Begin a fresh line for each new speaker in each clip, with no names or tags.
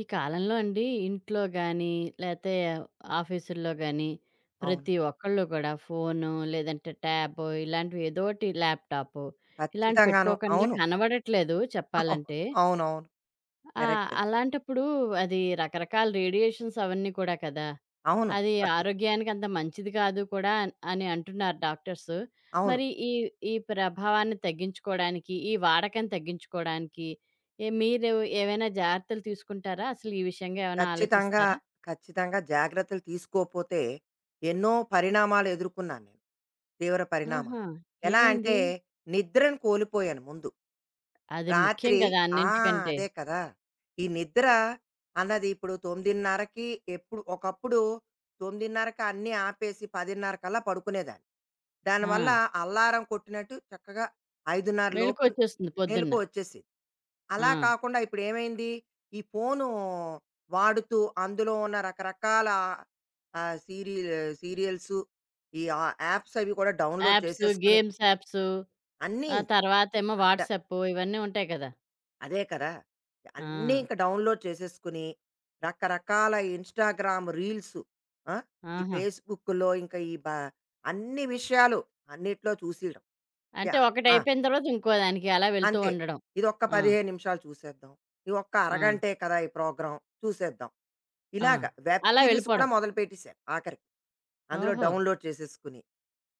ఈ కాలంలో అండి ఇంట్లో గాని, లేతే ఆఫీసుల్లో గాని
అవును.
ప్రతి ఒక్కళ్ళు కూడా ఫోను, లేదంటే ట్యాబు ఇలాంటివి ఏదోటి ల్యాప్‌టాపు ఇలాంటివి
ఖచ్చితంగాను.
పెట్టుకోకుండా
అవును.
కనబడట్లేదు చెప్పాలంటే.
అవునవును.
ఆ!
కరెక్టే.
అలాంటప్పుడు అది రకరకాల రేడియేషన్స్ అవన్నీ కూడా కదా!
అవును.
అది ఆరోగ్యానికి అంత మంచిది కాదు కూడా అని అంటున్నారు డాక్టర్స్.
అవును.
మరి ఈ ఈ ప్రభావాన్ని తగ్గించుకోవడానికి, ఈ వాడకం తగ్గించుకోవడానికి మీరు ఏవైనా జాగ్రత్తలు తీసుకుంటారా? అసలు ఈ విషయంగా ఏమైనా
ఖచ్చితంగా,
ఆలోచిస్తారా?
ఖచ్చితంగా జాగ్రత్తలు తీసుకోపోతే ఎన్నో పరిణామాలు ఎదుర్కొన్నాను నేను. తీవ్ర పరిణామాలు.
ఆహా!
ఎలా అంటే
ఏమైంది?
నిద్రను కోల్పోయాను ముందు.
అది ముఖ్యం
రాత్రి
కదా!
ఆ!
అన్నింటికంటే.
అదే కదా! ఈ నిద్ర అన్నది ఇప్పుడు 9:30కి ఎప్పుడు ఒకప్పుడు 9:30కి అన్నీ ఆపేసి 10:30 కల్లా పడుకునేదాన్ని.
ఆ!
దానివల్ల అల్లారం కొట్టినట్టు చక్కగా 5:30 లోపు
మెళకువొచ్చేస్తుంది
మెలుకువ
పొద్దున్న.
వచ్చేసేది. అలా
ఆ!
కాకుండా ఇప్పుడేమైంది, ఈ ఫోను వాడుతూ అందులో ఉన్న రకరకాల సీరియల్ సీరియల్సు, ఈ యాప్స్ అవి కూడా డౌన్‌లోడ్
యాప్స్,
చేసేసుకొని
గేమ్స్ యాప్స్,
అన్నీ
ఆ తర్వాతేమో
అట్ట
వాట్సాప్ ఇవన్నీ ఉంటాయి కదా!
అదే కదా!
ఆ!
అన్నీ ఇంక డౌన్‌లోడ్ చేసేసుకొని, రకరకాల ఇన్‌స్టాగ్రామ్ రీల్సు. ఆ! ఈ
ఆహా!
ఫేస్‌బుక్‌లో ఇంకా ఈ బ అన్ని విషయాలు అన్నిట్లో చూసేయడం.
అంటే
యాహ్! ఆ!
ఒకటయిపోయిన తర్వాత ఇంకో దానికి అలా వెళ్తూ
అంతే.
ఉండడం.
ఇదొక్క
ఆ!
15 నిమిషాలు చూసేద్దాం. ఇదొక్క
ఆ!
అరగంటే కదా! ఈ ప్రోగ్రాం చూసేద్దాం.
ఆ!
ఇలాగ వెబ్
అలా
సీరీస్ కూడా
వెళ్ళిపోవడం.
మొదలుపెట్టేసారు ఆఖరికి. అందులో
ఓహో!
డౌన్లోడ్ చేసేసుకుని.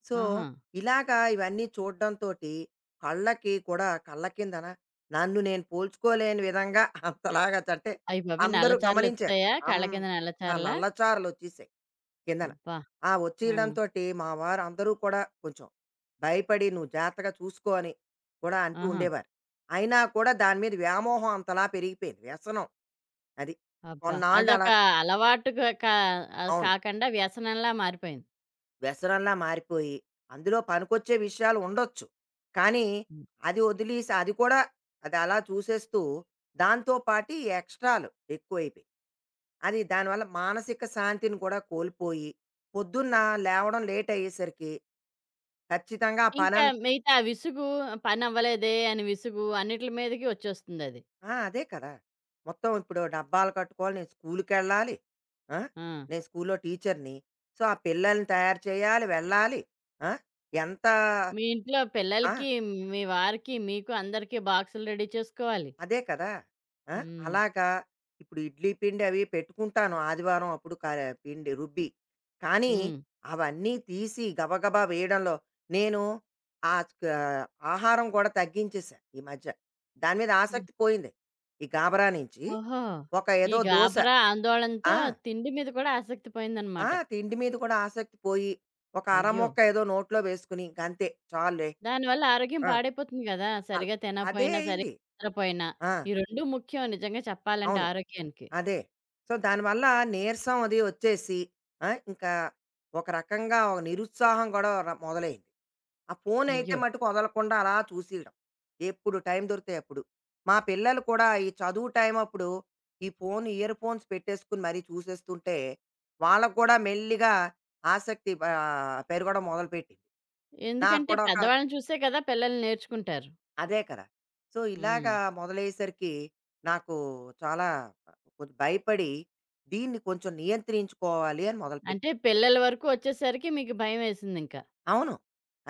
సో,
ఆహా!
ఇలాగా ఇవన్నీ చూడడంతోటి కళ్ళకి కూడా కళ్ళ కిందన నన్ను నేను పోల్చుకోలేని విధంగా అంతలాగా అంటే
అయ్య బాబోయ్! నల్ల
అందరూ గమనించారు.
చారలొచ్చేసాయా? కళ్ళ
అంత
కింద నల్ల చారలా?
నల్లచారలొచ్చేసాయి కిందన.
అబ్బా!
ఆ
ఆ!
వచ్చేయడంతోటి మా వారు అందరూ కూడా కొంచెం భయపడి "నువ్వు జాగ్రత్తగా చూసుకో" అని కూడా అంటూ
ఆహా!
ఉండేవారు. అయినా కూడా దాని మీద వ్యామోహం అంతలా పెరిగిపోయింది. వ్యసనం అది.
అబ్బా!
కొన్నాళ్ళు
అదొక
అలా
అలవాటుగా
అవును.
కాకుండా వ్యసనంలా మారిపోయింది.
వ్యసనంలా మారిపోయి, అందులో పనికొచ్చే విషయాలు ఉండొచ్చు. కానీ,
హ్మ్.
అది వదిలేసి అది కూడా అది అలా చూసేస్తూ, దాంతో పాటు ఈ ఎక్స్‌ట్రాలు ఎక్కువైపోయి. అది దానివల్ల మానసిక శాంతిని కూడా కోల్పోయి, పొద్దున్న లేవడం లేట్ అయ్యేసరికి ఖచ్చితంగా ఆ
ఇంకా
పనం
మిగతా ఆ విసుగు పనవ్వలేదే అని విసుగు అన్నిట్లి మీదకి వచ్చేస్తుందది.
ఆ! అదే కదా! మొత్తం ఇప్పుడు డబ్బాలు కట్టుకోవాలి, నేను స్కూలుకెళ్ళాలి. ఆ!
ఆ!
నేను స్కూల్లో టీచర్‌ని. సో, ఆ పిల్లల్ని తయారు చేయాలి, వెళ్ళాలి. ఆ! ఎంత
మీ ఇంట్లో
ఆ!
పిల్లలకి, మీ వారికి, మీకు అందరికీ బాక్సులు రెడీ చేసుకోవాలి.
అదే కదా! ఆ!
హ్మ్.
అలాగా ఇప్పుడు ఇడ్లీ పిండి అవి పెట్టుకుంటాను ఆదివారం అప్పుడు కా పిండి రుబ్బి. కానీ,
హ్మ్.
అవన్నీ తీసి గబగబా వేయడంలో నేను క ఆహారం కూడా తగ్గించేసా ఈ మధ్య. దాని మీద ఆసక్తి పోయింది. ఈ గాబరా నుంచి.
ఓహో!
ఒక
ఈ
ఏదో దోస
గాబరా,
ఆ!
ఆందోళనతో తిండి మీద కూడా ఆసక్తి
ఆ!
పోయిందనమాట.
తిండి మీద కూడా ఆసక్తి పోయి, ఒక
అయ్యో!
అరముక్క ఏదో నోట్లో వేసుకొని ఇంకంతే చాలులే.
దానివల్ల ఆరోగ్యం
ఆ!
పాడైపోతుంది గదా!
అల్
సరిగా
అదే
తినకపోయినా, సరిగా
అయింది.
నిద్రపోయినా.
ఆ!
ఈ 2 ముఖ్యం నిజంగా చెప్పాలంటే
అవును.
ఆరోగ్యానికి.
అదే. సో, దానివల్ల నీరసం అది వచ్చేసి ఆ! ఇంకా ఒక రకంగా ఒక నిరుత్సాహం గూడా ర మొదలైంది. ఆ ఫోనయితే
అయ్యో!
మట్టుకు వదలకుండా అలా చూసేయడం. ఎప్పుడు టైం దొరికితే అప్పుడు. మా పిల్లలు కూడా ఈ చదువు టైమప్పుడు ఈ ఫోన్ ఇయర్ ఫోన్స్ పెట్టేసుకుని మరీ చూసేస్తుంటే, వాళ్ళకి గూడా మెల్లిగా ఆసక్తి పెరగడం మొదలుపెట్టింది. నాకు
ఎందుకంటే
కూడా ఒక
పెద్దవాళ్ళని చూసే కదా పిల్లలు నేర్చుకుంటారు.
అదే కదా! సో,
హ్మ్.
ఇలాగా మొదలయ్యేసరికి నాకు చాలా కొంచెం భయపడి, దీన్ని కొంచెం నియంత్రించుకోవాలి అని
అంటే
మొదలుపెట్టాను.
పిల్లల వరకు వచ్చేసరికి మీకు భయమేసిందింక.
అవును.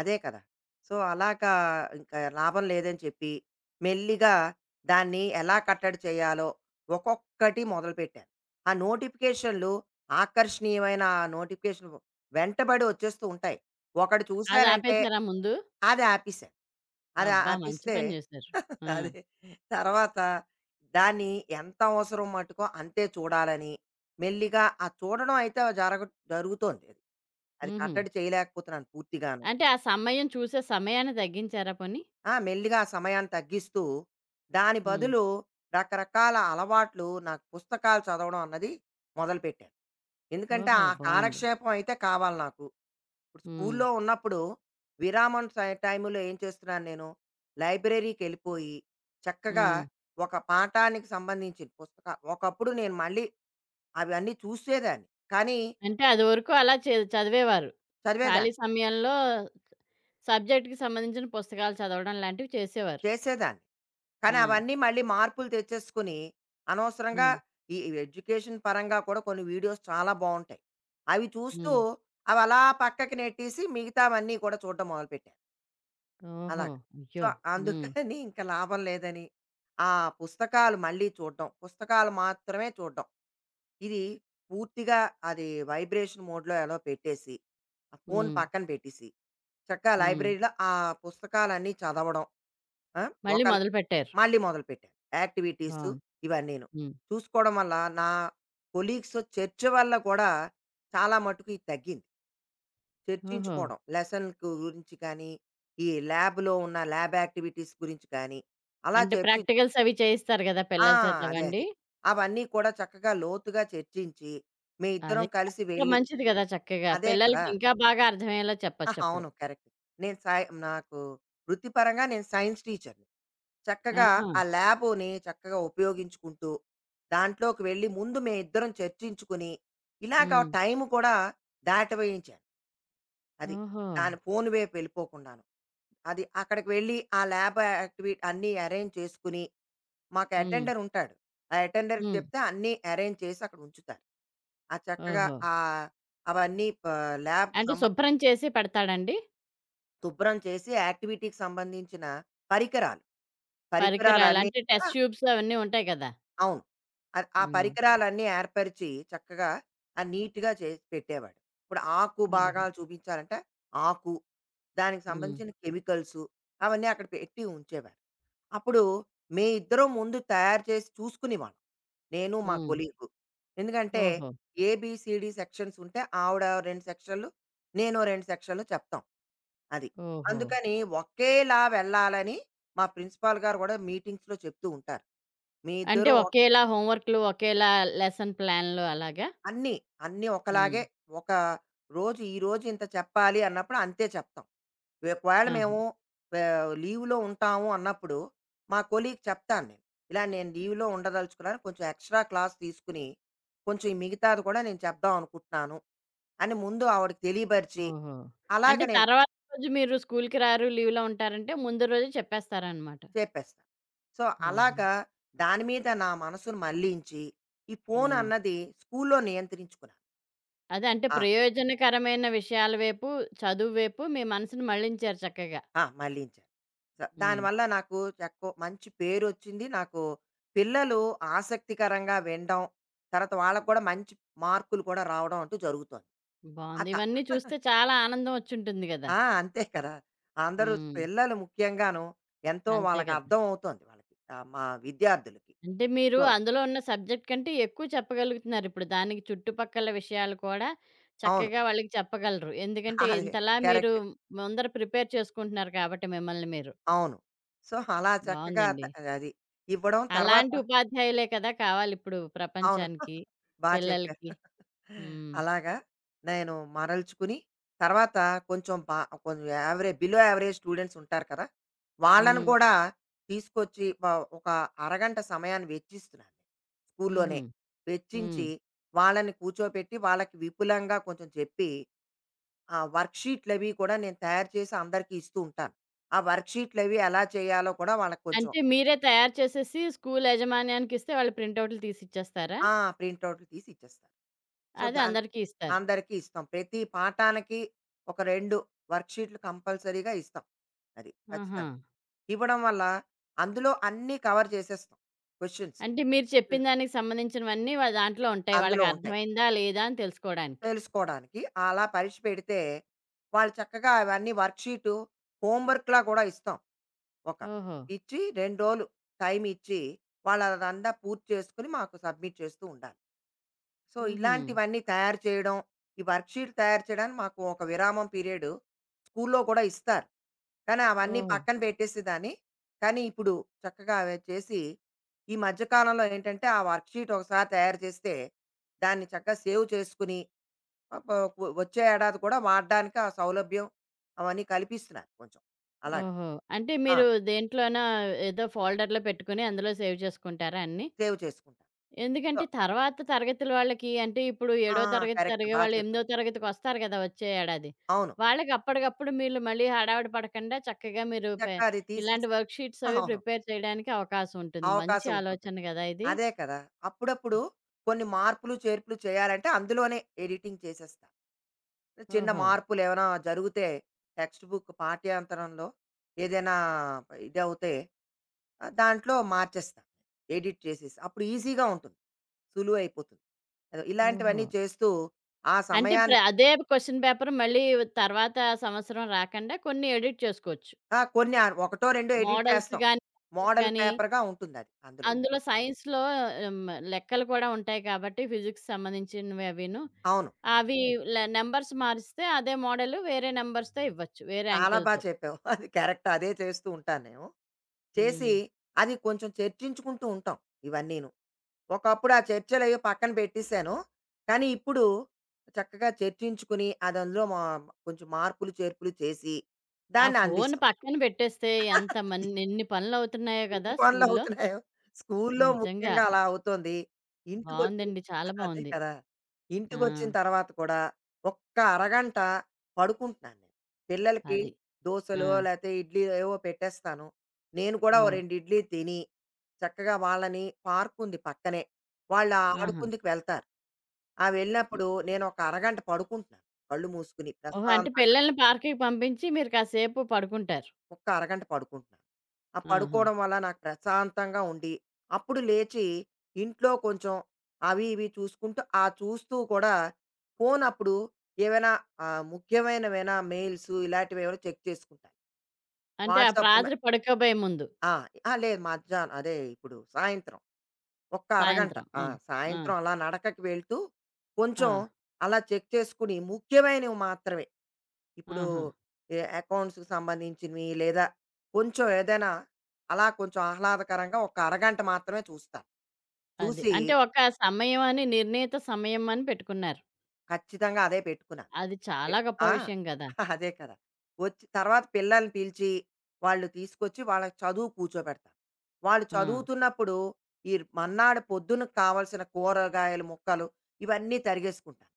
అదే కదా! సో, అలాగా ఇంకా లాభం లేదని చెప్పి, మెల్లిగా దాన్ని ఎలా కట్టడి చేయాలో ఒక్కొక్కటి మొదలుపెట్టాను. ఆ నోటిఫికేషన్‌లు ఆకర్షణీయమైన ఆ నోటిఫికేషన్ వెంటబడి వచ్చేస్తూ ఉంటాయి. ఒకటి
అది
చూశానంటే
ఆపేసారా ముందు?
అది ఆపేశాను. అది
అబ్బా! మంచి
ఆపేస్తే
పని చేశారు. ఆ!
అదే. తర్వాత దాన్ని ఎంత అవసరం మట్టుకో అంతే చూడాలని మెల్లిగా ఆ చూడడం అయితే జరుగుతోంది అది. అది
హుహు.
కట్టడి చేయలేకపోతున్నాను పూర్తిగాను.
అంటే ఆ సమయం చూసే సమయాన్ని తగ్గించారా పోనీ?
ఆ! మెల్లిగా ఆ సమయాన్ని తగ్గిస్తూ, దాని
హ్మ్.
బదులు రకరకాల అలవాట్లు నాకు పుస్తకాలు చదవడం అన్నది మొదలుపెట్టాను. ఎందుకంటే,
ఓహో!
ఆ
బావుంది.
కాలక్షేపం అయితే కావాలి నాకు. ఇప్పుడు
హ్మ్.
స్కూల్లో ఉన్నప్పుడు విరామం టైములో ఏం చేస్తున్నాను నేను లైబ్రరీకి వెళ్ళిపోయి చక్కగా
హ్మ్.
ఒక పాఠానికి సంబంధించిన పుస్తకం ఒకప్పుడు నేను మళ్ళీ అవన్నీ చూసేదాన్ని కానీ
అంటే అది వరకు అలా చదివేవారు. ఖాళీ
చదివేదాన్ని
సమయంలో సబ్జెక్ట్‌కి సంబంధించిన పుస్తకాలు చదవడం లాంటివి చేసేవారు.
చేసేదాన్ని
ఆ!
కానీ అవన్నీ మళ్ళీ మార్పులు తెచ్చేసుకుని అనవసరంగా
హ్మ్.
ఈ ఎడ్యుకేషన్ పరంగా కూడా కొన్ని వీడియోస్ చాలా బాగుంటాయి అవి చూస్తూ
హ్మ్.
అవి అలా పక్కకి నెట్టేసి మిగతావన్నీ కూడా చూడడం మొదలుపెట్టాను
ఓహో!
అలాగా. సో,
అయ్యో! హ్మ్.
అందుకని ఇంక లాభం లేదని, ఆ పుస్తకాలు మళ్ళీ చూడ్డం. పుస్తకాలు మాత్రమే చూడ్డం. ఇది పూర్తిగా అది వైబ్రేషన్ మోడ్‌లో ఎలో పెట్టేసి, ఆ ఫోన్
హ్మ్.
పక్కన పెట్టేసి, చక్కగా
హ్మ్.
లైబ్రరీలో ఆ పుస్తకాలన్నీ చదవడం. ఆ!
మళ్ళీ
ఒకళ
మొదలుపెట్టారు.
మళ్ళీ మొదలుపెట్టాను. యాక్టివిటీసు
బావుంది.
ఇవన్నీను.
హ్మ్.
చూసుకోవడం వల్ల నా కొలీగ్స్‌తో చర్చ వల్ల కూడా చాలా మటుకు ఇది తగ్గింది.
ఓహో!
చర్చించుకోవడం. లెసన్ గురించి కానీ, ఈ ల్యాబ్‌లో ఉన్న ల్యాబ్ యాక్టివిటీస్ గురించి కానీ, అలా
అంటే
చర్చి
ప్రాక్టికల్స్ అవి చేయిస్తారు గదా!
ఆ!
పిల్లల చేత
అదే.
అవండి.
అదే. అవన్నీ కూడా చక్కగా లోతుగా చర్చించి, మీ ఇద్దరం
అది
కలిసి
అదింకా
వెళ్లి
మంచిది గదా! చక్కగా
అదే కదా!
పిల్లలకి ఇంకా బాగా అర్థమయ్యేలా
ఆ,
చెప్పొచ్చప్పుడు.
అవును. కరెక్ట్. నేను సై నాకు వృత్తిపరంగా నేను సైన్స్ టీచర్‌ని. చక్కగా
ఆహా!
ఆ ల్యాబుని చక్కగా ఉపయోగించుకుంటూ, దాంట్లోకి వెళ్లి ముందు మేమిద్దరం చర్చించుకుని, ఇలాగ
హ్మ్.
టైం కూడా దాటవేయించాను. అది.
ఓహో!
దాని ఫోను వైపు వెళ్ళిపోకుండాను. అది అక్కడికి వెళ్ళి ఆ ల్యాబ్ యాక్టివిటీ అన్నీ అరేంజ్ చేసుకుని, మాకు
హ్మ్.
అటెండర్ ఉంటాడు. ఆ అటెండర్‌కి
హ్మ్.
చెప్తే అన్నీ అరేంజ్ చేసి అక్కడ ఉంచుతారు. ఆ చక్కగా
ఓహో!
ఆహ్, అవన్నీ ప ల్యాబ్
అంటే
సంబ
శుభ్రం చేసి పెడతాడండి?
శుభ్రం చేసి యాక్టివిటీకి సంబంధించిన పరికరాలు,
పరికరాలు.
పరికరాలన్నీ
అంటే
కూడా
టెస్ట్ ట్యూబ్స్ అవన్నీ ఉంటాయి కదా!
అవును. అది ఆ
హ్మ్.
పరికరాలన్నీ ఏర్పరిచి చక్కగా నీట్‌గా చేసి పెట్టేవాడు. ఇప్పుడు ఆకు
హుహు.
భాగాలు చూపించాలంటే ఆకు, దానికి
హ్మ్.
సంబంధించిన కెమికల్సు అవన్నీ అక్కడ పెట్టి ఉంచేవారు. అప్పుడు మే ఇద్దరం ముందు తయారు చేసి చూసుకునేవాళ్ళం. నేను మా
హ్మ్.
కొలీగ్. ఎందుకంటే
ఓహో!
ఏబీసీడీ సెక్షన్స్ ఉంటే ఆవిడ 2 సెక్షన్లు, నేను 2 సెక్షన్లు చెప్తాం. అది.
ఓహో!
అందుకని ఒకేలా వెళ్ళాలని మా ప్రిన్సిపాల్ గారు కూడా మీటింగ్స్‌లో చెప్తూ ఉంటారు. మీ
అంటే
ఇద్దరు
ఒకేలా హోంవర్క్‌లు, ఒకేలా లెసన్ ప్లాన్‌లు అలాగా?
అన్నీ, అన్నీ
హ్మ్.
ఒకలాగే ఒక రోజు, ఈ రోజు ఇంత చెప్పాలి అన్నప్పుడు అంతే చెప్తాం. ఒకవేళ
ఆహా!
మేము లీవ్‌లో ఉంటాము అన్నప్పుడు, మా కొలీగ్‌కి చెప్తాను నేను. ఇలా నేను లీవ్‌లో ఉండదలుచుకున్నాను. కొంచెం ఎక్స్‌ట్రా క్లాస్ తీసుకుని, కొంచెం ఈ మిగతాది కూడా నేను చెప్దాం అనుకుంటున్నాను అని ముందు ఆవిడకి తెలియపరిచి,
ఓహో!
అలాగ
అంటే
నేను
తర్వాత రోజు మీరు స్కూల్‌కి రారు, లీవ్‌లో ఉంటారంటే ముందు రోజే చెప్పేస్తారనమాట.
చెప్పేస్తాను. సో,
ఓహో!
అలాగా దాని మీద నా మనసును మళ్లించి, ఈ ఫోను
హ్మ్.
అన్నది స్కూల్‌లో నియంత్రించుకున్నాను.
అదే అంటే
ఆ!
ప్రయోజనకరమైన విషయాల వైపు, చదువు వైపు మీ మనసుని మళ్ళించారు చక్కగా.
ఆ! మళ్లించాను. స-
హ్మ్.
దానివల్ల నాకు ఎక్కువ మంచి పేరు వచ్చింది నాకు పిల్లలు ఆసక్తికరంగా వినడం తర్వాత వాళ్ళకు కూడా మంచి మార్కులు కూడా రావడం అంటూ జరుగుతోంది ఆ
బావుంది.
త-
ఇవన్నీ చూస్తే చాలా ఆనందం వచ్చుంటుంది గదా!
ఆ, అంతే కదా అందరూ
హ్మ్.
పిల్లలు ముఖ్యంగాను ఎంతో
అంతే
వాళ్ళకి
కదా!
అర్థం అవుతోంది వాళ్ళకి ఆ, మా విద్యార్థులకి
అంటే మీరు
సో
అందులో ఉన్న సబ్జెక్ట్ కంటే ఎక్కువ చెప్పగలుగుతున్నారు. ఇప్పుడు దానికి చుట్టుపక్కల విషయాలు కూడా
అవును
చక్కగా వాళ్ళకి చెప్పగలరు. ఎందుకంటే
అదే
ఇంతలా మీరు
కరెక్ట్
ముందర ప్రిపేర్ చేసుకుంటున్నారు కాబట్టి మిమ్మల్ని మీరు.
అవును సో అలా చక్కగా
బావుందండి.
త- అది ఇవ్వడం తర్వాత
అలాంటి ఉపాధ్యాయులే కదా కావాలిప్పుడు
అవును.
ప్రపంచానికి,
బా
పిల్లలకి.
చెప్పారు.
హ్మ్.
అలాగా నేను మరల్చుకుని తర్వాత కొంచెం బా కొంచెం యావరే బిలో యావరేజ్ స్టూడెంట్స్ ఉంటారు కదా! వాళ్ళని
హ్మ్.
కూడా తీసుకొచ్చి వ ఒక అరగంట సమయాన్ని వెచ్చిస్తున్నాను. స్కూల్లోనే
హుహు. హ్మ్.
వెచ్చించి వాళ్ళని కూర్చోపెట్టి వాళ్ళకి విపులంగా కొంచెం చెప్పి ఆ వర్క్‌షీట్‌లవి కూడా నేను తయారు చేసి అందరికీ ఇస్తూ ఉంటాను. ఆ వర్క్‌షీట్‌లవి ఎలా చేయాలో కూడా వాళ్ళకి కొంచెం
అంటే మీరే తయారు చేసేసి స్కూల్ యాజమాన్యానికిస్తే వాళ్ళు ప్రింటౌట్లు తీసిచ్చేస్తారా?
ఆ! ప్రింటౌట్లు తీసి ఇచ్చేస్తారు. సో,
అది
దాని
అందరికీ ఇస్తారు.
అందరికీ ఇస్తాం. ప్రతి పాఠానికి ఒక 2 వర్క్‌షీట్‌లు కంపల్సరీగా ఇస్తాం. అది
ఆహా!
ఖచ్చితంగా. ఇవ్వడం వల్ల అందులో అన్నీ కవర్ చేసేస్తాం. క్వెషన్స్
అంటే మీరు చెప్పిన దానికి సంబంధించినవన్నీ దాంట్లో ఉంటాయి.
అందులో ఉంటాయి.
వాళ్ళకర్థమైందా? లేదా? అని తెలుసుకోడానికి.
తెలుసుకోవడానికి అలా పరీక్ష పెడితే వాళ్ళు చక్కగా అవన్నీ వర్క్‌షీటు హోంవర్క్‌లా కూడా ఇస్తాం. ఒక
ఓహో!
ఇచ్చి 2 రోజులు టైం ఇచ్చి వాళ్ళు అదంతా పూర్తి చేసుకొని మాకు సబ్మిట్ చేస్తూ ఉండాలి. సో,
హుహు.
ఇలాంటివన్నీ తయారు చేయడం, ఈ వర్క్‌షీట్ తయారు చేయడానికి మాకు ఒక విరామం పీరియడ్ స్కూల్లో కూడా ఇస్తారు. కానీ అవన్నీ
ఓహో!
పక్కన పెట్టేసేదాన్ని. కానీ ఇప్పుడు చక్కగా అవి చేసి, ఈ మధ్య కాలంలో ఏంటంటే, ఆ వర్క్‌షీట్ ఒకసారి తయారు చేస్తే, దాన్ని చక్కగా సేవ్ చేసుకుని, ప వ వచ్చే ఏడాది కూడా వాడడానికి ఆ సౌలభ్యం అవన్నీ కల్పిస్తున్నారు కొంచెం. అలాగా.
ఓహో! అంటే
ఆ!
మీరు దేంట్లోనా ఏదో ఫోల్డర్‌లో పెట్టుకొని అందులో సేవ్ చేసుకుంటారా అన్నీ?
సేవ్ చేసుకుంటాను. సో
ఎందుకంటే తర్వాత తరగతుల వాళ్ళకి అంటే ఇప్పుడు
ఆ!
ఏడో తరగతి
కరెక్ట్.
జరిగే
బా
వాళ్ళు
చెప్పావు.
ఎనిమిదో తరగతికొస్తారు కదా! వచ్చే ఏడాది.
అవును.
వాళ్ళకి అప్పటికప్పుడు మీరు మళ్ళీ హడావిడి పడకుండా చక్కగా మీరు
చక్కగా అది
ఇలాంటి
తీసేసి
వర్క్ షీట్స్ అవి
అవును.
ప్రిపేర్ చేయడానికి అవకాశం ఉంటుంది. మంచి
అవకాశం ఉంటుంటుంది.
ఆలోచన గదా ఇది!
అదే కదా! అప్పుడప్పుడు కొన్ని మార్పులు, చేర్పులు చేయాలంటే అందులోనే ఎడిటింగ్ చేసేస్తా. చిన్న
ఓహో!
మార్పులేమైనా జరిగితే టెక్స్ట్ బుక్ పాఠ్యాంతరంలో ఏదైనా ఇదవుతే దాంట్లో మార్చేస్తా. ఎడిట్ చేసేసి. అప్పుడు ఈజీగా ఉంటుంది. సులువైపోతుంది. అదో
ఓహో!
ఇలాంటివన్నీ చేస్తూ ఆ
అంటే
సమయాన్ని
అదే క్వెషన్ పేపర్ మళ్ళీ తర్వాత సంవత్సరం రాకండా కొన్ని ఎడిట్ చేసుకోవచ్చు.
ఆ! కొన్ని ఒకటో రెండో ఎడిట్
మోడల్స్
చేస్తాం.
గాని, చాప్టర్స్
మోడల్
గాని
పేపర్‌గా ఉంటుందది అందులో.
అందులో సైన్స్‌లో హ్మ్. లెక్కలు కూడా ఉంటాయి కాబట్టి ఫిజిక్స్ సంబంధించినవి అవిను.
అవును.
అవి నంబర్స్ మారిస్తే అదే మోడల్ వేరే నంబర్స్‌తో ఇవ్వచ్చు. వేరే
చాలా బా
అంకెలతో.
చెప్పావు. అది కరెక్ట్. అదే చేస్తూ ఉంటాను నేను. చేసి
హ్మ్.
అది కొంచెం చర్చించుకుంటూ ఉంటాం ఇవన్నీను. ఒకప్పుడు ఆ చర్చలయ్యో పక్కన పెట్టేశాను. కానీ ఇప్పుడు చక్కగా చర్చించుకుని అది అందులో మా కొంచెం మార్పులు, చేర్పులు చేసి
ఆ
దాన్ని
ఫోను
అందిస్తాం.
పక్కన పెట్టేస్తే ఎన్ని పనులవుతున్నాయో
ఎన్ని
కదా!
పనులు
స్కూల్లో.
అవుతున్నాయో. స్కూల్లో
నిజంగా.
ముఖ్యంగా అలా అవుతోంది. ఇంటికొచ్చిన
బావుందండి. చాలా
అదే
బావుంది.
కదా!
ఆ!
ఇంటికొచ్చిన తర్వాత కూడా ఒక్క అరగంట పడుకుంటున్నాను నేను. పిల్లలకి
అది. ఆ!
దోసలో, లేతే ఇడ్లీలో ఏవో పెట్టేస్తాను. నేను కూడా
ఆ!
ఓ 2 ఇడ్లీ తిని, చక్కగా వాళ్ళని పార్క్ ఉంది పక్కనే. వాళ్ళు
ఆహా!
ఆడుకుందుకు వెళ్తారు. ఆ వెళ్ళినప్పుడు నేను ఒక అరగంట పడుకుంటున్నాను. కళ్ళు మూసుకుని
ఓహో! అంటే
ప్రశాంతంగా.
పిల్లల్ని పార్క్‌కి పంపించి మీరు కాసేపు పడుకుంటారు.
ఒక్క అరగంట పడుకుంటున్నాను. ఆ
ఆహా!
పడుకోవడం వల్ల నాకు ప్రశాంతంగా ఉండి, అప్పుడు లేచి ఇంట్లో కొంచెం అవి ఇవి చూసుకుంటూ, ఆ చూస్తూ కూడా ఫోన్ అప్పుడు ఏవైనా ముఖ్యమైనవేనా మెయిల్సు ఇలాంటివేవైనా చెక్ చేసుకుంటాను.
అంటే ఆ
వాట్సాప్ మె
రాత్రి పడుకోబోయే ముందు.
ఆ! ఆ! లేదు మధ్యాహ్నం అదే ఇప్పుడు సాయంత్రం ఒక్క అరగంట.
సాయంత్రం.
ఆ!
ఆ! ఆ!
సాయంత్రం అలా నడకకి వెళ్తూ
ఆ!
కొంచెం అలా చెక్ చేసుకుని ముఖ్యమైనవి మాత్రమే. ఇప్పుడు
ఆహా!
అకౌంట్స్‌కి సంబంధించినవి లేదా కొంచెం ఏదైనా అలా కొంచెం ఆహ్లాదకరంగా ఒక అరగంట మాత్రమే చూస్తా.
అది.
చూసి
అంటే సమయం అని నిర్ణీత సమయం అని పెట్టుకున్నారు.
ఖచ్చితంగా అదే పెట్టుకున్నాను.
అది
పె
చాలా గొప్ప
ఆ!
విషయం గదా!
అదే కదా! వచ్చి తర్వాత పిల్లల్ని పిలిచి వాళ్ళు తీసుకొచ్చి వాళ్ళ చదువు కూర్చోబెడతా. వాళ్ళు
ఆ!
చదువుతున్నప్పుడు ఈ మన్నాడు పొద్దునకి కావాల్సిన కూరగాయల ముక్కలు ఇవన్నీ తరిగేసుకుంటాను.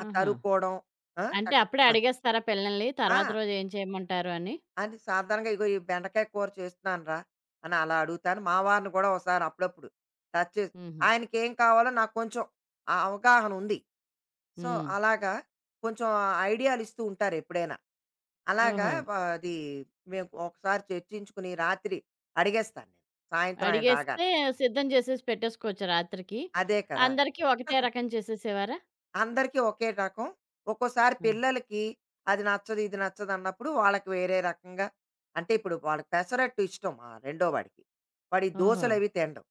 ఆ
ఆహా!
తరుక్కోవడం ఆ!
అంటే
చక్
అప్పుడే
ఆ!
అడిగేస్తారా పిల్లల్ని తర్వాత
ఆ!
రోజు ఏం చేయమంటారు అని?
అని సాధారణంగా ఇగో ఈ బెండకాయ కూర చేస్తున్నాను రా అని అలా అడుగుతాను. మా వారిని కూడా ఒకసారి అప్పుడప్పుడు టచ్ చేసి
హుహు.
ఆయనకేం కావాలో నాకు కొంచెం ఆ అవగాహన ఉంది. సో,
హ్మ్.
అలాగా కొంచెం ఐడియాలు ఇస్తూ ఉంటారు ఎప్పుడైనా. అలాగా
ఓహో!
వ అది మేము ఒకసారి చర్చించుకుని రాత్రి అడిగేస్తాను నేను. సాయంత్రం ఆయన రాగానే.
అడిగేస్తే సిద్ధం చేసేసి పెట్టేసుకోవచ్చు రాత్రికి.
అదే కదా!
అందరికీ ఒకటే రకం చేసేసేవారా?
అందరికీ ఒకే రకం. ఒక్కోసారి
ఆ!
పిల్లలకి అది నచ్చదు, ఇది నచ్చదు అన్నప్పుడు వాళ్ళకి వేరే రకంగా అంటే ఇప్పుడు వాడికి పెసరట్టు ఇష్టం మా రెండో వాడికి. వాడు ఈ
ఓహో!
దోసలవి తినడు.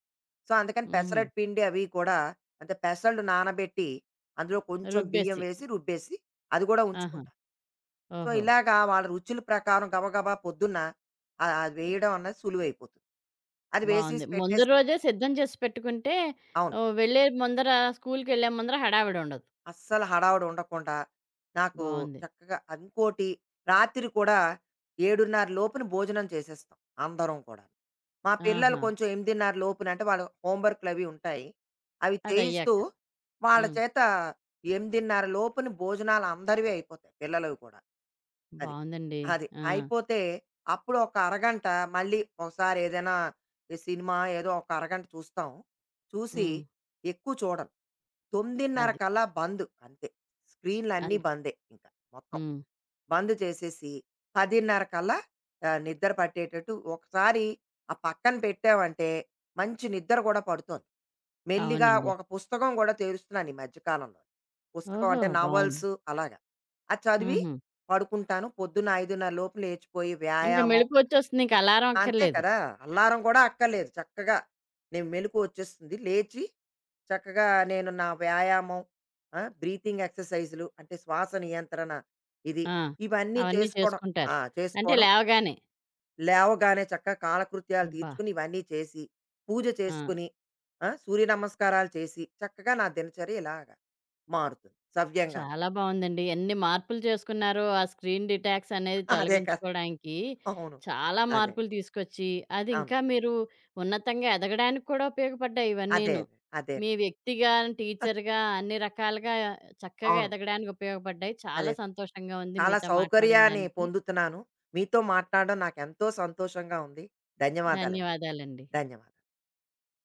సో, అందుకని
హుహు.
పెసరట్టు పిండి అవి కూడా అంటే పెసలు నానబెట్టి అందులో కొంచెం బియ్యం
రుబ్బేసి.
వేసి రుబ్బేసి అది కూడా
ఆహా!
ఉంచుకుంటాను. సో,
ఓహో!
ఇలాగా వాళ్ళ రుచుల ప్రకారం గబగబా పొద్దున్న అది వేయడం అన్నది సులువైపోతుంది. అది
బావుంది.
వేసేసి
ముందు
పెట్టేసి
రోజే సిద్ధం చేసి పెట్టుకుంటే
అవును.
ఓహ్! వెళ్ళే ముందర స్కూల్‌కెళ్ళే ముందర హడావిడుండదు.
అస్సలు హడావుడి ఉండకుండా నాకు
బావుంది.
చక్కగా ఇంకోటి రాత్రి కూడా 7:30 లోపున భోజనం చేసేస్తాం అందరం కూడా. మా పిల్లలు
ఆహా!
కొంచెం 8:30 లోపున అంటే వాళ్ళ హోంవర్క్‌లు అవి ఉంటాయి. అవి చేయిస్తూ
అదయ్యాక.
వాళ్ళ
హ్మ్.
చేత 8:30 లోపున భోజనాలు అందరివి అయిపోతాయి పిల్లలవి కూడా. అది.
బావుందండి.
అది.
ఆ!
అయిపోతే అప్పుడు ఒక అరగంట మళ్ళీ ఒకసారి ఏదైనా ఈ సినిమా ఏదో ఒక అరగంట చూస్తాం. చూసి
హ్మ్.
ఎక్కువ చూడను. 9:30
అది.
కల్లా బంద్ అంతే. స్క్రీన్‌లన్నీ
అంతే.
బందే ఇంకా మొత్తం.
హ్మ్.
బంద్ చేసేసి 10:30 కల్లా నిద్ర పట్టేటట్టు ఒకసారి ఆ పక్కన పెట్టావంటే మంచి నిద్ర కూడా పడుతోంది. మెల్లిగా
అవునండి.
ఒక పుస్తకం కూడా తెరుస్తున్నాను ఈ మధ్య కాలంలో. పుస్తకం
ఓహో!
అంటే
బావుంది.
నవల్స్ అలాగా. అది చదివి
హుహు.
పడుకుంటాను. పొద్దున్న 5:30 లోపు లేచిపోయి
ఇంక
వ్యాయామం
మెలుకువొచ్చేస్తుంది. ఇంక అలారం
అంతే
అక్కర్లేదు.
కదా! అల్లారం కూడా అక్కర్లేదు. చక్కగా నేను మెలుకువ వచ్చేస్తుంది. లేచి చక్కగా నేను నా వ్యాయామం, ఆ! బ్రీతింగ్ ఎక్సర్‌సైజులు అంటే శ్వాస నియంత్రణ ఇది.
ఆ!
ఇవన్నీ
అవన్నీ
చేసుకోవడం
చేసుకుంటారు.
ఆ!
అంటే
చేసుకోవడం.
లేవగానే.
లేవగానే చక్కగా కాలకృత్యాలు
అబ్బా!
తీర్చుకుని ఇవన్నీ చేసి, పూజ
ఆ!
చేసుకుని, ఆ! సూర్య నమస్కారాలు చేసి చక్కగా నా దినచర్య ఇలాగా మారుతుంది సవ్యంగాను.
చాలా బావుందండి. ఎన్ని మార్పులు చేసుకున్నారో ఆ స్క్రీన్ డిటాక్స్ అనేది
అదే కదా!
తొలగించుకోవడానికి
అవును.
చాలా
అదే.
మార్పులు తీసుకొచ్చి, అది
అవును.
ఇంకా మీరు ఉన్నతంగా ఎదగడానికి కూడా ఉపయోగపడ్డాయి
అదే.
ఇవన్నీను.
అదే. అదే
మీ వ్యక్తిగా, టీచర్‌గా అన్ని రకాలుగా చక్కగా
అవును.
ఎదగడానికి ఉపయోగపడ్డాయి.
అదే.
చాలా సంతోషంగా ఉంది
చాలా
మీతో మాట్లాడిన
సౌకర్యాన్ని
దానికి.
పొందుతున్నాను. మీతో మాట్లాడడం నాకెంతో సంతోషంగా ఉంది. ధన్యవాదాలండి.
ధన్యవాదాలండి.
ధన్యవాదాలు.